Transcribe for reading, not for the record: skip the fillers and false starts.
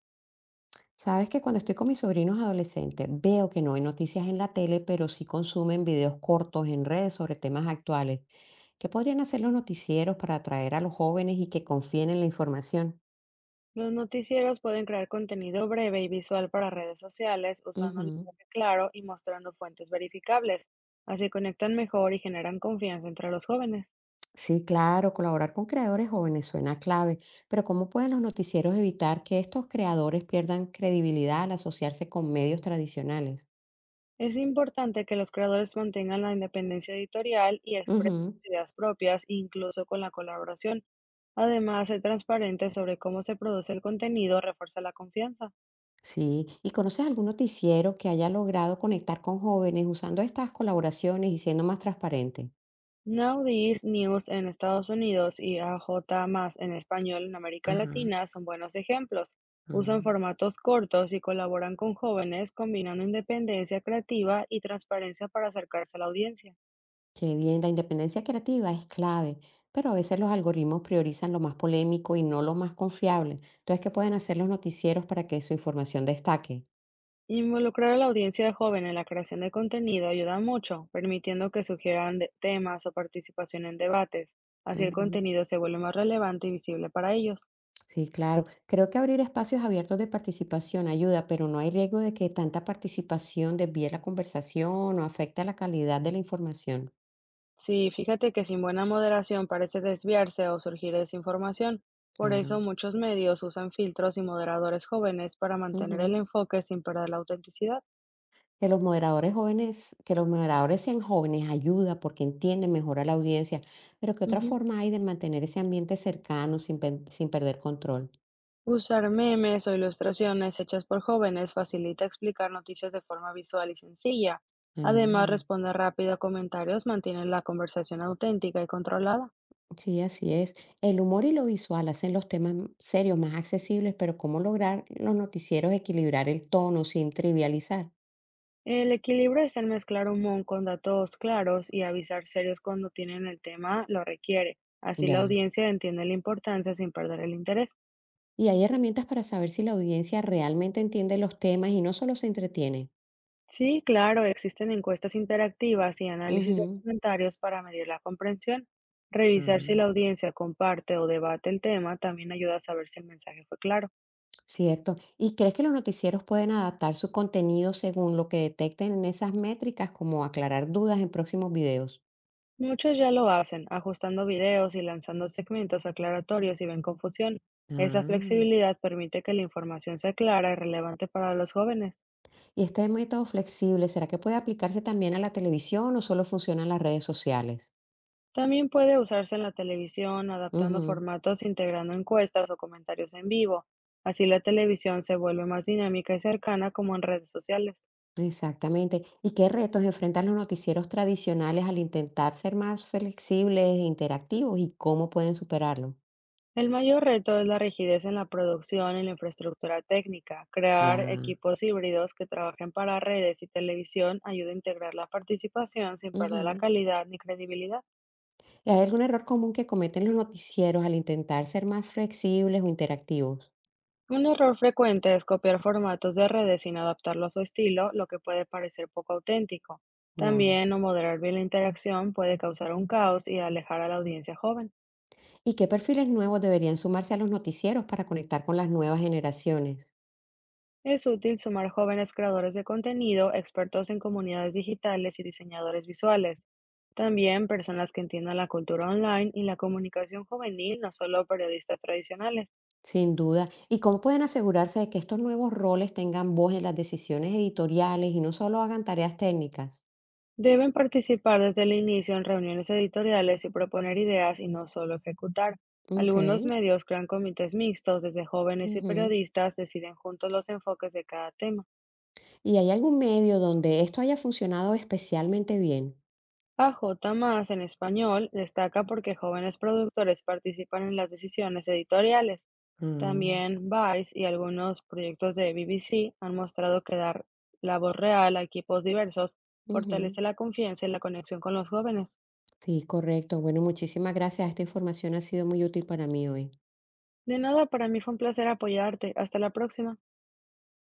Sabes que cuando estoy con mis sobrinos adolescentes veo que no hay noticias en la tele, pero sí consumen videos cortos en redes sobre temas actuales. ¿Qué podrían hacer los noticieros para atraer a los jóvenes y que confíen en la información? Los noticieros pueden crear contenido breve y visual para redes sociales usando un Ujú. lenguaje claro y mostrando fuentes verificables. Así conectan mejor y generan confianza entre los jóvenes. Sí, claro, colaborar con creadores jóvenes suena clave, pero ¿cómo pueden los noticieros evitar que estos creadores pierdan credibilidad al asociarse con medios tradicionales? Es importante que los creadores mantengan la independencia editorial y expresen Ujú. sus ideas propias, incluso con la colaboración. Además, ser transparente sobre cómo se produce el contenido refuerza la confianza. Sí, ¿y conoces algún noticiero que haya logrado conectar con jóvenes usando estas colaboraciones y siendo más transparente? Now This News en Estados Unidos y AJ Más en español en América Ajá. Latina son buenos ejemplos. Usan Ah, formatos cortos y colaboran con jóvenes, combinando independencia creativa y transparencia para acercarse a la audiencia. qué bien, la independencia creativa es clave, pero a veces los algoritmos priorizan lo más polémico y no lo más confiable. Entonces, ¿qué pueden hacer los noticieros para que su información destaque? Involucrar a la audiencia joven en la creación de contenido ayuda mucho, permitiendo que sugieran temas o participación en debates. Así el Ujú. contenido se vuelve más relevante y visible para ellos. Sí, claro. Creo que abrir espacios abiertos de participación ayuda, pero no hay riesgo de que tanta participación desvíe la conversación o afecte la calidad de la información. Sí, fíjate que sin buena moderación parece desviarse o surgir desinformación. Por eso Claro. muchos medios usan filtros y moderadores jóvenes para mantener el Ujú. enfoque sin perder la autenticidad. Que los moderadores sean jóvenes ayuda porque entienden mejor a la audiencia, pero, ¿qué otra Ujú. forma hay de mantener ese ambiente cercano sin perder control? Usar memes o ilustraciones hechas por jóvenes facilita explicar noticias de forma visual y sencilla. Además, Mm. responder rápido a comentarios mantiene la conversación auténtica y controlada. Sí, así es. El humor y lo visual hacen los temas serios más accesibles, pero ¿cómo lograr los noticieros equilibrar el tono sin trivializar? El equilibrio está en mezclar humor con datos claros y avisar serios cuando tienen el tema lo requiere. Así la Ya. audiencia entiende la importancia sin perder el interés. Y hay herramientas para saber si la audiencia realmente entiende los temas y no solo se entretiene. Sí, claro, existen encuestas interactivas y análisis de Ujú. comentarios para medir la comprensión. Revisar si la Mm. audiencia comparte o debate el tema también ayuda a saber si el mensaje fue claro. Cierto. ¿Y crees que los noticieros pueden adaptar su contenido según lo que detecten en esas métricas, como aclarar dudas en próximos videos? Muchos ya lo hacen, ajustando videos y lanzando segmentos aclaratorios si ven confusión. Esa Ah, flexibilidad permite que la información sea clara y relevante para los jóvenes. y este método flexible, ¿será que puede aplicarse también a la televisión o solo funciona en las redes sociales? También puede usarse en la televisión, adaptando Ujú, formatos, integrando encuestas o comentarios en vivo. Así la televisión se vuelve más dinámica y cercana como en redes sociales. exactamente. ¿Y qué retos enfrentan los noticieros tradicionales al intentar ser más flexibles e interactivos y cómo pueden superarlo? El mayor reto es la rigidez en la producción y la infraestructura técnica. Ya. Crear equipos híbridos que trabajen para redes y televisión ayuda a integrar la participación sin perder la Ujú. calidad ni credibilidad. ¿Y hay algún error común que cometen los noticieros al intentar ser más flexibles o interactivos? Un error frecuente es copiar formatos de redes sin adaptarlo a su estilo, lo que puede parecer poco auténtico. Ya. También no moderar bien la interacción puede causar un caos y alejar a la audiencia joven. ¿Y qué perfiles nuevos deberían sumarse a los noticieros para conectar con las nuevas generaciones? Es útil sumar jóvenes creadores de contenido, expertos en comunidades digitales y diseñadores visuales. También personas que entiendan la cultura online y la comunicación juvenil, no solo periodistas tradicionales. Sin duda. ¿Y cómo pueden asegurarse de que estos nuevos roles tengan voz en las decisiones editoriales y no solo hagan tareas técnicas? Deben participar desde el inicio en reuniones editoriales y proponer ideas y no solo ejecutar. Ok. Algunos medios crean comités mixtos, desde jóvenes y Ujú. periodistas deciden juntos los enfoques de cada tema. ¿Y hay algún medio donde esto haya funcionado especialmente bien? AJ más en español destaca porque jóvenes productores participan en las decisiones editoriales. Mm. También Vice y algunos proyectos de BBC han mostrado que dar la voz real a equipos diversos Ujú. fortalece la confianza y la conexión con los jóvenes. Sí, correcto. Bueno, muchísimas gracias. Esta información ha sido muy útil para mí hoy. De nada, para mí fue un placer apoyarte. Hasta la próxima.